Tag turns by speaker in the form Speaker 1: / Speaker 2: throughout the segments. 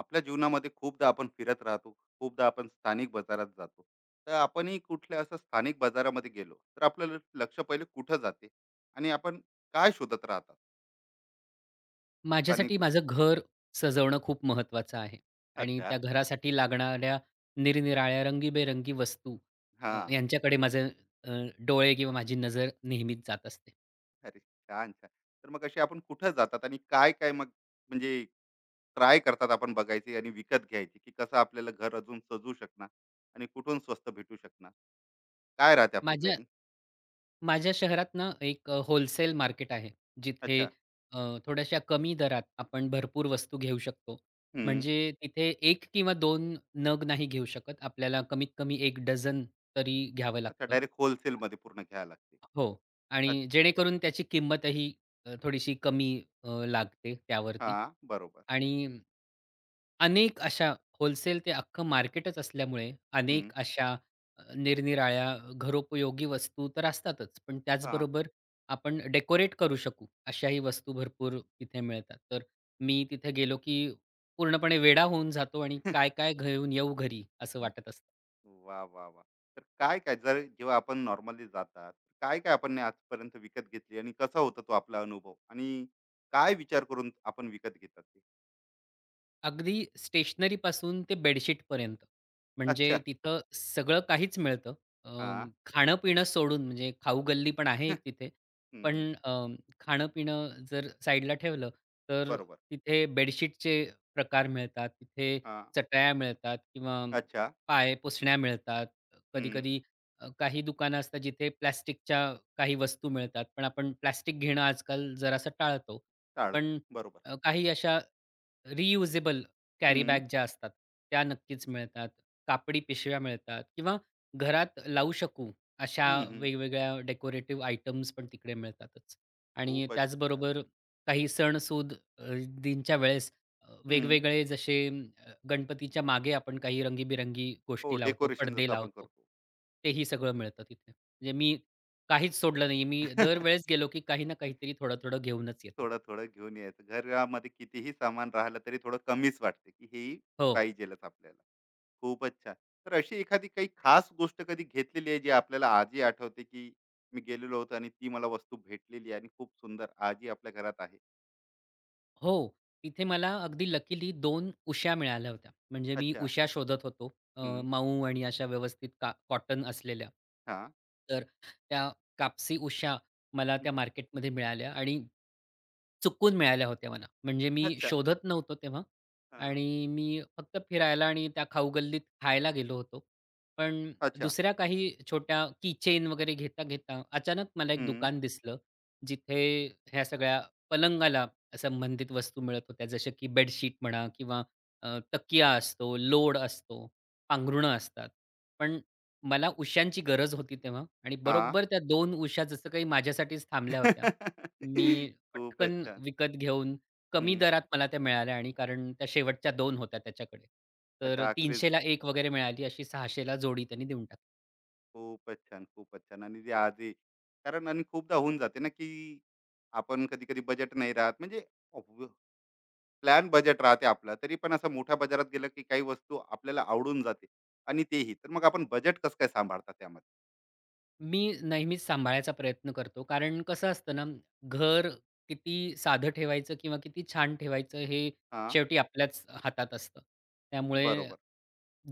Speaker 1: आपल्या जीवनामध्ये खूपदा आपण फिरत राहतो. खूपदा आपण स्थानिक बाजारात जातो. तर आपणही कुठल्या असं स्थानिक बाजारामध्ये गेलो तर आपलं लक्ष पहिले कुठं जाते आणि आपण काय शोधत राहतात.
Speaker 2: माझ्यासाठी
Speaker 1: स्थानिक.
Speaker 2: माझं घर सजवणं खूप महत्त्वाचं आहे. आणि
Speaker 1: अच्छा.
Speaker 2: त्या घरासाठी लागणाऱ्या निरनिराळ्या रंगीबेरंगी वस्तू,
Speaker 1: हा.
Speaker 2: यांच्याकडे माझे अ, डोळे किंवा माझी नजर नेहमीच जात असते.
Speaker 1: अरे, छान छान तर मग असे आपण कुठं जातात आणि काय काय मग, म्हणजे ट्राय करतात आपण बघायची आणि विकत घ्यायची, की कसं आपल्याला घर अजून सजू शकणार आणि कुठून स्वस्त भेटू शकणार? काय राहते आपली
Speaker 2: माझ्या
Speaker 1: प्लॅनिंग?
Speaker 2: माझ्या शहरात ना एक होलसेल मार्केट आहे. जिथे
Speaker 1: अच्छा.
Speaker 2: अ, थोड्याशा कमी दरात आपण भरपूर वस्तू घेऊ शकतो.
Speaker 1: हम्म.
Speaker 2: म्हणजे तिथे 1 किंवा 2 नग नाही घेऊ शकत. आपल्याला कमीत कमी 1 डझन तरी घ्यावं
Speaker 1: अच्छा,
Speaker 2: लागतं.
Speaker 1: डायरेक्ट होलसेलमध्ये पूर्ण घ्यायला लागते.
Speaker 2: हो.
Speaker 1: अच्छा.
Speaker 2: आणि जेणेकरून त्याची किंमतही थोडीशी कमी लागते
Speaker 1: हा,
Speaker 2: त्यावरती.
Speaker 1: बरोबर.
Speaker 2: आणि अनेक अशा होलसेल ते अख्खं मार्केटच असल्यामुळे
Speaker 1: हं.
Speaker 2: अनेक अशा निरनिराळ्या घरोपयोगी वस्तू तर असतातच. पण
Speaker 1: हां.
Speaker 2: त्याचबरोबर आपण डेकोरेट करू शकू अशाही वस्तू भरपूर तिथे मिळतात. तर मी तिथे गेलो की पूर्णपणे वेडा होऊन जातो आणि काय-काय घेऊन येऊ घरी असं वाटत असतं.
Speaker 1: वाह, वाह, वाह! तर काय-काय, जर जेव्हा आपण नॉर्मली जातात, काय-काय आपण ने आजपर्यंत विकत घेतली आणि कसा होता तो आपला अनुभव? आणि काय विचार करून आपण विकत घेतात ते?
Speaker 2: अगदी स्टेशनरीपासून ते बेडशीटपर्यंत. म्हणजे
Speaker 1: अच्छा.
Speaker 2: तिथं सगळं काहीच मिळतं.
Speaker 1: हां.
Speaker 2: खाणं-पिणं सोडून म्हणजे खाऊ-गल्ली पण आहे एक तिथे.
Speaker 1: हं,
Speaker 2: पण
Speaker 1: हं.
Speaker 2: अ, खाणं-पिणं जर साईडला ठेवलं, तर
Speaker 1: बरोबर.
Speaker 2: तिथे बेडशीटचे प्रकार मिळतात. तिथे
Speaker 1: हां.
Speaker 2: चटया मिळतात किंवा
Speaker 1: अच्छा.
Speaker 2: पाय पुसण्या मिळतात.
Speaker 1: हं.
Speaker 2: कधी-कधी काही दुकानं असतात जिथे प्लास्टिकच्या काही वस्तू मिळतात. पण आपण प्लास्टिक घेणं आजकाल जरासं टाळतो.
Speaker 1: टाळतो,
Speaker 2: पण
Speaker 1: बरोबर.
Speaker 2: काही अशा रियुजेबल कॅरी
Speaker 1: हं.
Speaker 2: बॅग ज्या असतात, त्या नक्कीच मिळतात. कापडी पिशव्या मिळतात किंवा घरात लावू शकू अशा
Speaker 1: हं, हं.
Speaker 2: वेगवेगळ्या डेकोरेटिव्ह आयटम्स पण तिकडे मिळतातच. आणि
Speaker 1: खूपच छान.
Speaker 2: त्याचबरोबर काही सण-सूद अ, दींच्या वेळेस
Speaker 1: हं.
Speaker 2: वेगवेगळे जसे गणपतीच्या मागे आपण काही रंगीबिरंगी
Speaker 1: हो,
Speaker 2: गोष्टी लावतो,
Speaker 1: डेकोरेशन
Speaker 2: पडदे
Speaker 1: जसं आपण
Speaker 2: लावतो.
Speaker 1: करतो.
Speaker 2: तेही सगळं मिळतं तिथे. म्हणजे मी काहीच सोडलं नाही. मी दरवेळेस गेलो की काही ना काहीतरी थोडं-थोडं घेऊनच येतो.
Speaker 1: थोडं-थोडं घेऊन यायचं. घरामध्ये कितीही सामान राहिलं तरी थोडं कमीच वाटते, की हेही
Speaker 2: हो.
Speaker 1: पाहिजेलच आपल्याला. खूपच छान. तर अशी एखादी काही खास गोष्ट कधी घेतलेली आहे, जी आपल्याला आजही आठवते, की मी गेलेलो होतो आणि ती मला वस्तू भेटलेली आहे आणि खूप सुंदर आजही आपल्या घरात आहे?
Speaker 2: हो, तिथे मला अगदी लकीली दोन उश्या मिळाल्या होत्या. म्हणजे मी
Speaker 1: अच्छा.
Speaker 2: उश्या शोधत होतो.
Speaker 1: हं.
Speaker 2: मऊ आणि अशा व्यवस्थित का कॉटन असलेल्या.
Speaker 1: हां.
Speaker 2: तर त्या कापसी उश्या मला
Speaker 1: हं.
Speaker 2: त्या मार्केटमध्ये मिळाल्या आणि चुकून मिळाल्या होत्या मला. म्हणजे मी
Speaker 1: अच्छा.
Speaker 2: शोधत नव्हतो तेव्हा.
Speaker 1: हां.
Speaker 2: आणि मी फक्त फिरायला आणि त्या खाऊगल्लीत खायला गेलो होतो. पण
Speaker 1: अच्छा.
Speaker 2: दुसऱ्या काही छोट्या कीचेन वगैरे घेता-घेता अचानक मला एक
Speaker 1: हं.
Speaker 2: दुकान दिसलं, जिथे ह्या सगळ्या पलंगाला संबंधित वस्तू मिळत होत्या. जसे की बेडशीट म्हणा किंवा अ, तकिया असतो, लोड असतो, पांघरुणं असतात. पण मला उश्यांची गरज होती तेव्हा, आणि
Speaker 1: हां.
Speaker 2: बरोबर त्या 2 उशा जसं काही माझ्यासाठीच थांबल्या होत्या. मी
Speaker 1: खूपच
Speaker 2: पटकन
Speaker 1: छान.
Speaker 2: विकत घेऊन कमी
Speaker 1: हं.
Speaker 2: दरात मला त्या मिळाल्या. आणि कारण त्या शेवटच्या 2 होत्या त्याच्याकडे. तर
Speaker 1: अच्छा, आखरीच.
Speaker 2: 300ला एक वगैरे मिळाली, अशी 600ला जोडी त्यांनी देऊन टाकली.
Speaker 1: खूपच छान, खूपच छान. आणि ते आजही, कारण आणि खूपदा होऊन जाते ना, की आपण कधी-कधी बजेट नाही राहत, म्हणजे प्लॅन बजेट राहते आपलं, तरी पण असं मोठ्या बाजारात गेलं की काही वस्तू आपल्याला आवडून जाते आणि तेही. तर मग आपण बजेट कसं काय सांभाळता त्यामध्ये?
Speaker 2: मी नेहमीच सांभाळायचा प्रयत्न करतो. कारण कसं असतं ना, घर किती साधं ठेवायचं किंवा किती छान ठेवायचं हे
Speaker 1: हा,
Speaker 2: शेवटी आपल्याच हातात असतं. त्यामुळे
Speaker 1: बरोबर.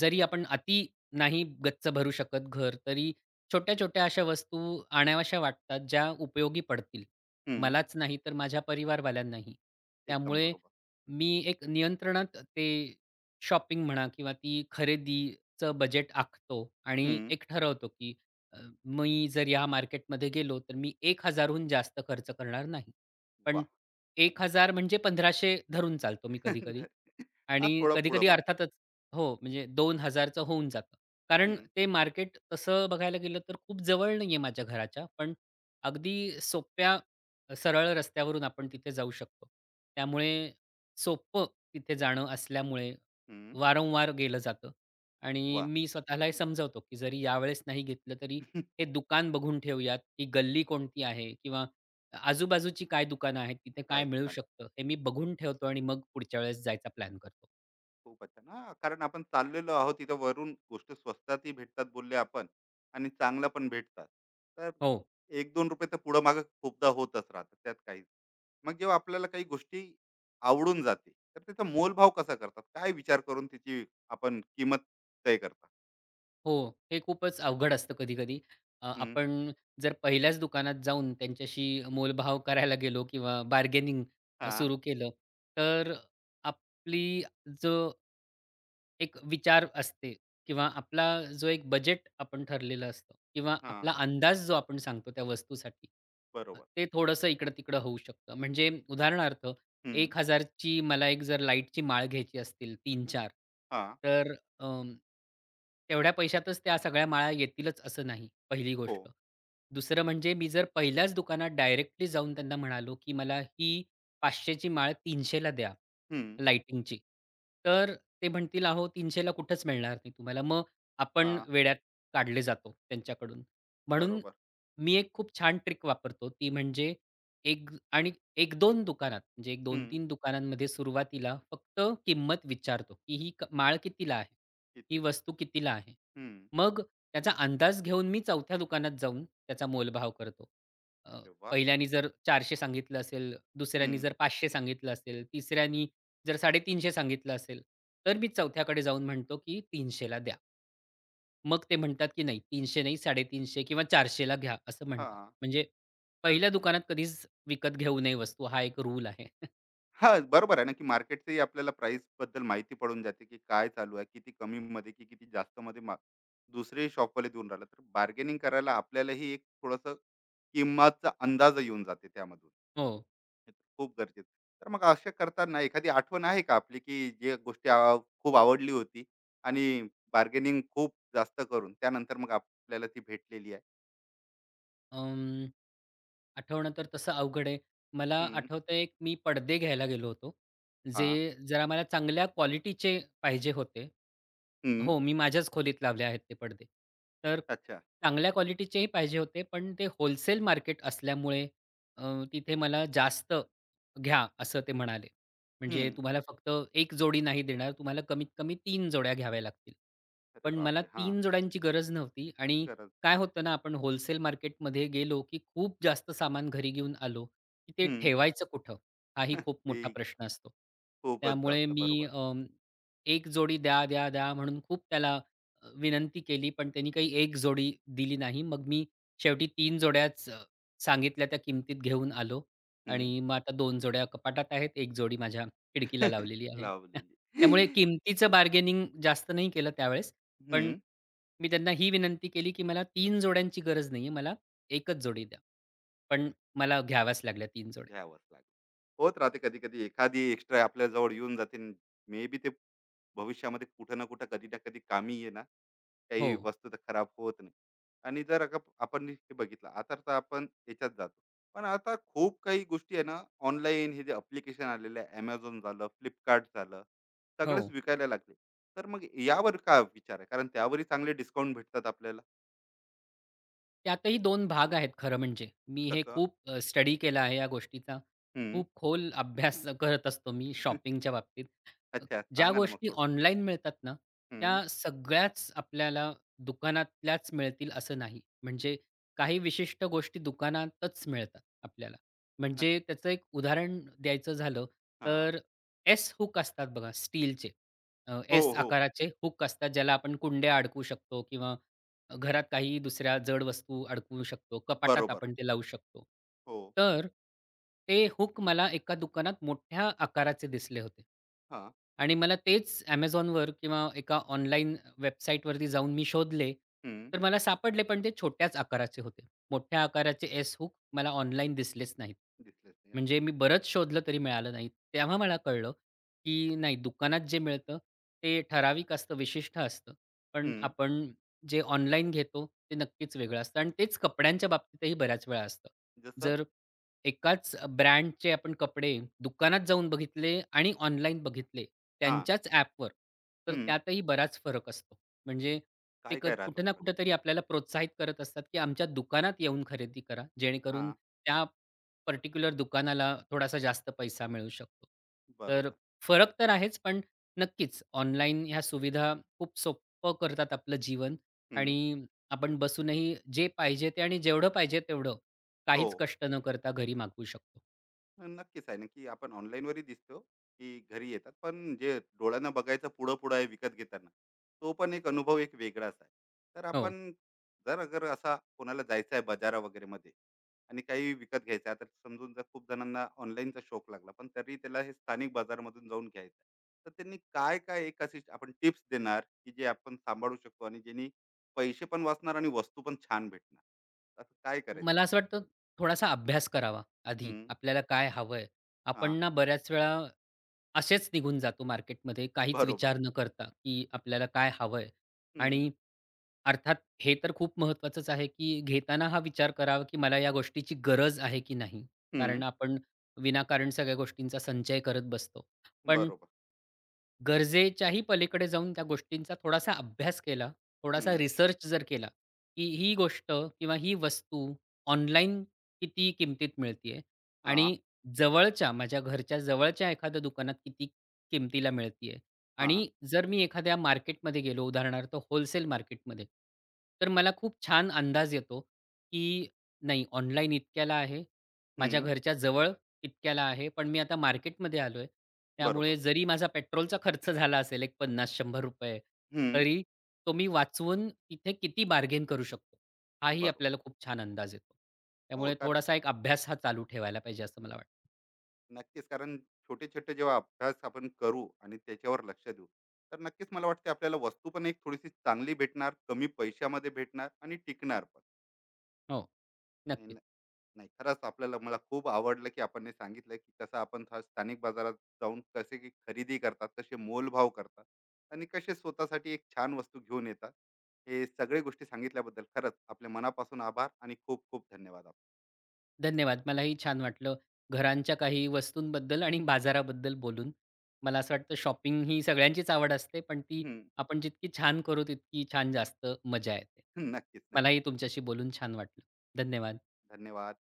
Speaker 2: जरी आपण अति नाही गच्च भरू शकत घर, तरी छोट्या-छोट्या अशा वस्तू आणाव्याशा वाटतात, ज्या उपयोगी पडतील.
Speaker 1: हम्म.
Speaker 2: मलाच नाही तर माझ्या परिवारवाल्यांनाही.
Speaker 1: एकदम
Speaker 2: त्यामुळे
Speaker 1: बरोबर.
Speaker 2: मी एक नियंत्रणात ते शॉपिंग म्हणा किंवा ती खरेदीचं बजेट आखतो आणि
Speaker 1: हम्म.
Speaker 2: एक ठरवतो, की अ, मी जर या मार्केटमध्ये गेलो, तर मी 1,000हून जास्त खर्च करणार नाही.
Speaker 1: वा.
Speaker 2: पण 1,000 म्हणजे 1,500 धरून चालतो मी कधी-कधी.
Speaker 1: धर-. हा,
Speaker 2: आणि
Speaker 1: थोडं पुढं
Speaker 2: कधी-कधी
Speaker 1: माग.
Speaker 2: अर्थातच, हो, म्हणजे 2,000 चं होऊन जातं. कारण
Speaker 1: हम्म.
Speaker 2: ते मार्केट तसं बघायला गेलं तर खूप जवळ नाही आहे माझ्या घराच्या, पण अगदी सोप्या सरळ रस्त्यावरून आपण तिथे जाऊ शकतो. त्यामुळे सोपं तिथे जाणं असल्यामुळे
Speaker 1: हम्म.
Speaker 2: वारंवार गेलं जातं. आणि
Speaker 1: वा.
Speaker 2: मी स्वतःला हे की जरी यावेळेस नाही घेतलं तरी हे दुकान बघून ठेवूयात, ही गल्ली कोणती आहे किंवा आजूबाजूची काय दुकानं आहेत, तिथे काय
Speaker 1: काय
Speaker 2: मिळू
Speaker 1: दुकान.
Speaker 2: शकतं, हे मी बघून ठेवतो आणि मग पुढच्या वेळेस जायचा प्लॅन करतो.
Speaker 1: खूपच छान. हां, कारण आपण चाललेलो आहोत तिथं वरून गोष्टी स्वस्तातही भेटतात, बोलले आपण, आणि चांगल्या पण भेटतात. तर
Speaker 2: हो,
Speaker 1: 1-2 रुपये तर पुढं मागं खूपदा होतच राहतात, त्यात काही. मग जेव्हा आपल्याला काही गोष्टी आवडून जाते, तर त्याचा मोलभाव कसा करतात? काय विचार करून त्याची आपण किंमत तय करता?
Speaker 2: हो. हे खूपच अवघड असतं कधी-कधी.
Speaker 1: हं.
Speaker 2: आपण जर पहिल्याच दुकानात जाऊन त्यांच्याशी मोलभाव करायला गेलो किंवा बार्गेनिंग
Speaker 1: हां.
Speaker 2: सुरू केलं, तर आपली जो एक विचार असते किंवा आपला जो एक बजेट आपण ठरलेलं असतं किंवा
Speaker 1: हां,
Speaker 2: आपला अंदाज जो आपण सांगतो त्या वस्तूसाठी,
Speaker 1: बरोबर.
Speaker 2: ते थोडंसं इकडं-तिकडं होऊ शकतं. म्हणजे उदाहरणार्थ
Speaker 1: हं.
Speaker 2: 1,000 ची मला एक जर लाईटची माळ घ्यायची असतील 3-4.
Speaker 1: हां.
Speaker 2: तर अं, तेवढ्या पैशातच त्या सगळ्या माळा येतीलच असं नाही, पहिली
Speaker 1: हो.
Speaker 2: गोष्ट. दुसरं म्हणजे मी जर पहिल्याच दुकानात डायरेक्टली जाऊन त्यांना म्हणालो, की मला ही 500 माळ 300 द्या.
Speaker 1: हं.
Speaker 2: लाइटिंगची. तर ते म्हणतील, "अहो 300ला कुठेच मिळणार नाही तुम्हाला." मग आपण
Speaker 1: हां,
Speaker 2: वेड्यात काढले जातो त्यांच्याकडून. म्हणून
Speaker 1: बरोबर.
Speaker 2: मी एक खूप छान ट्रिक वापरतो. ती म्हणजे एक आणि 1-2 दुकानात म्हणजे
Speaker 1: हं.
Speaker 2: 1-2-3 दुकानांमध्ये सुरुवातीला फक्त किंमत विचारतो, की ही क माळ कितीला आहे? ही
Speaker 1: कितीला?
Speaker 2: वस्तू कितीला आहे?
Speaker 1: हं.
Speaker 2: मग त्याचा अंदाज घेऊन मी 4थ्या दुकानात जाऊन त्याचा मोलभाव करतो. अ,
Speaker 1: अरे वाह!
Speaker 2: पहिल्यानी जर 400 सांगितलं असेल,
Speaker 1: हं.
Speaker 2: दुसऱ्यानी जर 500 सांगितलं असेल, तिसऱ्यानी जर 350 सांगितलं असेल, तर मी 4थ्याकडे जाऊन म्हणतो, की 300 ला द्या. मग ते म्हणतात, की "नाही 300 नाही 350 किंवा 400 घ्या," असं म्हणतात. म्हणजे पहिल्या दुकानात कधीच विकत घेऊ नये वस्तू हा एक रूल आहे.
Speaker 1: हां, बरोबर आहे ना, की मार्केटचंही आपल्याला प्राईसबद्दल माहिती पडून जाते, की काय चालू आहे, किती कमीमध्ये की किती जास्तमध्ये मा, दुसरे शॉपवाले देऊन राहिला. तर बार्गेनिंग करायला आपल्यालाही एक थोडंसं किंमतचा अंदाज येऊन जाते त्यामधून.
Speaker 2: हो.
Speaker 1: हे तर खूप गरजेचं. तर मग अशा करताना एखादी आठवण आहे का आपली, की जे गोष्टी आ, खूप आवडली होती आणि बार्गेनिंग खूप जास्त करून त्यानंतर मग आपल्याला ती भेटलेली आहे?
Speaker 2: अं, आठवणं तर तसं अवघड आहे. मला
Speaker 1: हं.
Speaker 2: आठवतंय एक मी पडदे घ्यायला गेलो होतो, जे
Speaker 1: हां.
Speaker 2: जरा मला चांगल्या क्वालिटीचे पाहिजे होते.
Speaker 1: हं.
Speaker 2: हो, मी माझ्याच खोलीत लावले आहेत ते पडदे. तर
Speaker 1: अच्छा.
Speaker 2: चांगल्या क्वालिटीचेही पाहिजे होते, पण ते होलसेल मार्केट असल्यामुळे अ, तिथे मला जास्त घ्या असं ते म्हणाले.
Speaker 1: हं.
Speaker 2: म्हणजे तुम्हाला फक्त 1 जोडी नाही देणार, तुम्हाला कमीत कमी तीन जोड्या घ्याव्या लागतील.
Speaker 1: अरे
Speaker 2: पण मला
Speaker 1: बापरे! हां,
Speaker 2: 3 जोड्यांची गरज नव्हती. आणि
Speaker 1: गरज.
Speaker 2: काय होतं ना, आपण होलसेल मार्केटमध्ये गेलो, की खूप जास्त सामान घरी घेऊन आलो, की ते
Speaker 1: हं.
Speaker 2: ठेवायचं कुठं? हाही खूप मोठा
Speaker 1: ते
Speaker 2: प्रश्न असतो.
Speaker 1: खूपच
Speaker 2: त्यामुळे
Speaker 1: जास्त,
Speaker 2: मी
Speaker 1: बरोबर.
Speaker 2: "एक जोडी द्या, द्या, द्या" म्हणून खूप त्याला विनंती केली, पण त्यांनी काही एक जोडी दिली नाही. मग मी शेवटी 3 जोड्याच सांगितल्या त्या किमतीत घेऊन आलो.
Speaker 1: हं.
Speaker 2: आणि मग आता 2 जोड्या कपाटात आहेत, 1 जोडी माझ्या खिडकीला लावलेली आहे.
Speaker 1: लावलेली.
Speaker 2: त्यामुळे किमतीचं बार्गेनिंग जास्त नाही केलं त्यावेळेस, पण
Speaker 1: हं.
Speaker 2: मी त्यांना ही विनंती केली, की मला तीन जोड्यांची गरज नाहीये. मला 1च जोडी द्या. पण मला घ्याव्याच लागल्या तीन जोड्या.
Speaker 1: घ्यावंच लागेल. होत राहते कधी-कधी, एखादी एक्स्ट्रा आपल्याजवळ येऊन जाते. मे बी ते भविष्यामध्ये कुठं ना कुठं, कधी ना कधी कामी येणार.
Speaker 2: हो,
Speaker 1: काही वस्तू तर खराब होत नाही. आणि जर आपण हे बघितलं आता तर आपण याच्यात जातो. पण आता खूप काही गोष्टी आहे ना, ऑनलाईन हे जे ॲप्लिकेशन आलेले आहे, Amazon झालं, Flipkart झालं,
Speaker 2: हो.
Speaker 1: सगळेच विकायला लागले. तर मग यावर काय विचार आहे? कारण त्यावरही चांगले डिस्काउंट भेटतात आपल्याला.
Speaker 2: त्यातही दोन भाग आहेत खरं म्हणजे. मी हे
Speaker 1: कसं?
Speaker 2: खूप स्टडी केला आहे या गोष्टीचा.
Speaker 1: हं.
Speaker 2: खूप खोल अभ्यास करत असतो मी शॉपिंगच्या बाबतीत. अ,
Speaker 1: अच्छा,
Speaker 2: ज्या
Speaker 1: सांगा ना मग.
Speaker 2: गोष्टी ऑनलाईन मिळतात ना,
Speaker 1: हं.
Speaker 2: त्या सगळ्याच आपल्याला दुकानातल्याच मिळतील असं नाही. म्हणजे काही विशिष्ट गोष्टी दुकानातच मिळतात आपल्याला.
Speaker 1: अच्छा.
Speaker 2: म्हणजे त्याचं एक उदाहरण द्यायचं झालं,
Speaker 1: हां.
Speaker 2: तर एस हूक असतात बघा स्टीलचे.
Speaker 1: हो,
Speaker 2: एस
Speaker 1: हो.
Speaker 2: आकाराचे हूक असतात ज्याला आपण कुंड्या अडकवू शकतो किंवा घरात काही दुसऱ्या जड वस्तू अडकवू शकतो. कपाटात
Speaker 1: बरोबर.
Speaker 2: आपण ते लावू शकतो.
Speaker 1: हो.
Speaker 2: तर ते हुक मला एका दुकानात मोठ्या आकाराचे दिसले होते.
Speaker 1: हां.
Speaker 2: आणि मला तेच Amazonवर किंवा एका ऑनलाईन वेबसाईटवरती जाऊन मी शोधले,
Speaker 1: हं.
Speaker 2: तर मला सापडले पण ते छोट्याच आकाराचे होते. मोठ्या आकाराचे एस हूक मला ऑनलाईन दिसलेच नाहीत.
Speaker 1: दिसलेच नाही, अच्छा.
Speaker 2: म्हणजे मी बरंच शोधलं तरी मिळालं नाही. तेव्हा मला कळलं, की नाही दुकानात जे मिळतं ते ठराविक असतं, विशिष्ट असतं. पण
Speaker 1: हं.
Speaker 2: आपण जे ऑनलाईन घेतो ते नक्कीच वेगळं असतं. आणि तेच कपड्यांच्या बाबतीतही बऱ्याच वेळा असतं.
Speaker 1: जसं?
Speaker 2: जर एकाच ब्रँडचे आपण कपडे दुकानात जाऊन बघितले आणि ऑनलाईन बघितले
Speaker 1: हां.
Speaker 2: त्यांच्याच ॲपवर, तर
Speaker 1: हं.
Speaker 2: त्यातही बराच फरक असतो. म्हणजे ते क
Speaker 1: काय-काय राहतो
Speaker 2: कुठं ना
Speaker 1: फरक?
Speaker 2: कुठेतरी आपल्याला प्रोत्साहित करत असतात, की आमच्या दुकानात येऊन खरेदी करा, जेणेकरून
Speaker 1: हां.
Speaker 2: त्या पर्टिक्युलर दुकानाला थोडासा जास्त पैसा मिळू शकतो. तर
Speaker 1: बरोबर.
Speaker 2: फरक तर आहेच, पण नक्कीच ऑनलाईन ह्या सुविधा खूप सोपं करतात आपलं जीवन.
Speaker 1: हं.
Speaker 2: आणि आपण बसूनही जे पाहिजे ते आणि जेवढं पाहिजे तेवढं,
Speaker 1: हो.
Speaker 2: काहीच कष्ट न करता घरी मागवू शकतो.
Speaker 1: नक्कीच आहे ना, की आपण ऑनलाईनवरही दिसतो, की घरी येतात. पण जे डोळ्यांना बघायचं पुढं-पुढं आहे विकत घेताना, तो पण एक अनुभव एक वेगळाच आहे. तर
Speaker 2: हो.
Speaker 1: आपण जर अगर असा कोणाला जायचं आहे बाजारा वगैरेमध्ये आणि काही विकत घ्यायचं आहे, तर समजून जर खूप जणांना ऑनलाईनचा शौक लागला, पण तरी त्याला हे स्थानिक बाजारमधून जाऊन घ्यायचं आहे, तर त्यांनी काय-काय, एक अशी आपण टिप्स देणार, की जे आपण सांभाळू शकतो आणि ज्यांनी पैसे पण वाचणार आणि वस्तू पण छान भेटणार? असं काय करायचं
Speaker 2: मला
Speaker 1: आपण?
Speaker 2: असं वाटतं थोडासा अभ्यास करावा आधी,
Speaker 1: हं.
Speaker 2: आपल्याला काय हवंय. आपण
Speaker 1: हां,
Speaker 2: ना बऱ्याच वेळा असेच निघून जातो मार्केटमध्ये काहीच
Speaker 1: बरोबर.
Speaker 2: विचार न करता, की आपल्याला काय हवंय?
Speaker 1: हं.
Speaker 2: आणि अर्थात हे तर खूप महत्त्वाचंच आहे, की घेताना हा विचार करावा, की मला या गोष्टीची गरज आहे की नाही?
Speaker 1: हं,
Speaker 2: कारण आपण विनाकारण सगळ्या गोष्टींचा संचय करत बसतो. पण
Speaker 1: बरोबर.
Speaker 2: गरजेच्याही पलीकडे जाऊन त्या गोष्टींचा थोडासा अभ्यास केला, थोडासा
Speaker 1: हं.
Speaker 2: रिसर्च जर केला, की ही गोष्ट किंवा ही वस्तू ऑनलाईन किती किमतीत मिळतीये
Speaker 1: हां,
Speaker 2: आणि जवळच्या माझ्या घरच्या जवळच्या एखाद्या दुकानात किती किमतीला मिळतीये
Speaker 1: हां.
Speaker 2: आणि जर मी एखाद्या मार्केटमध्ये गेलो, उदाहरणार्थ होलसेल मार्केटमध्ये, तर मला खूप छान अंदाज येतो, की नाही ऑनलाईन इतक्याला आहे, माझ्या
Speaker 1: हं.
Speaker 2: घरच्या जवळ इतक्याला आहे. पण मी आता मार्केटमध्ये आलोय.
Speaker 1: बरोबर.
Speaker 2: त्यामुळे जरी माझा पेट्रोलचा खर्च झाला असेल एक ₹50-100
Speaker 1: हं.
Speaker 2: तरी तो मी वाचवून तिथे किती बार्गेन करू शकतो, हाही
Speaker 1: बरोबर.
Speaker 2: आपल्याला खूप छान अंदाज येतो.
Speaker 1: हो,
Speaker 2: त्यामुळे
Speaker 1: कारण,
Speaker 2: थोडासा एक अभ्यास हा चालू ठेवायला पाहिजे असं मला वाटतं.
Speaker 1: नक्कीच कारण छोटे-छोटे जेव्हा अभ्यास आपण करू आणि त्याच्यावर लक्ष देऊ, तर नक्कीच मला वाटते आपल्याला वस्तू पण एक थोडीशी चांगली भेटणार, कमी पैशामध्ये भेटणार आणि टिकणार
Speaker 2: हो,
Speaker 1: पण.
Speaker 2: नक्कीच.
Speaker 1: नाही, खरंच आपल्याला, मला खूप आवडलं की आपण हे सांगितलं की कसं आपण हा स्थानिक बाजारात जाऊन कसे की खरेदी करतात, कसे मोलभाव करतात आणि कसे स्वतःसाठी एक छान वस्तू घेऊन येतात. हे सगळे गोष्टी सांगितल्याबद्दल खरंच आपल्या मनापासून आभार आणि खूप खूप धन्यवाद आपण.
Speaker 2: धन्यवाद. मलाही छान वाटलं. घरांच्या काही वस्तूंबद्दल आणि बाजाराबद्दल बोलून. मला असं वाटतं शॉपिंग ही सगळ्यांचीच आवड असते, पण ती
Speaker 1: हम्म.
Speaker 2: आपण जितकी छान करू, तितकी छान जास्त मजा येते.
Speaker 1: नक्कीच.
Speaker 2: मलाही तुमच्याशी बोलून छान वाटलं.
Speaker 1: नक्की.
Speaker 2: धन्यवाद.
Speaker 1: धन्यवाद.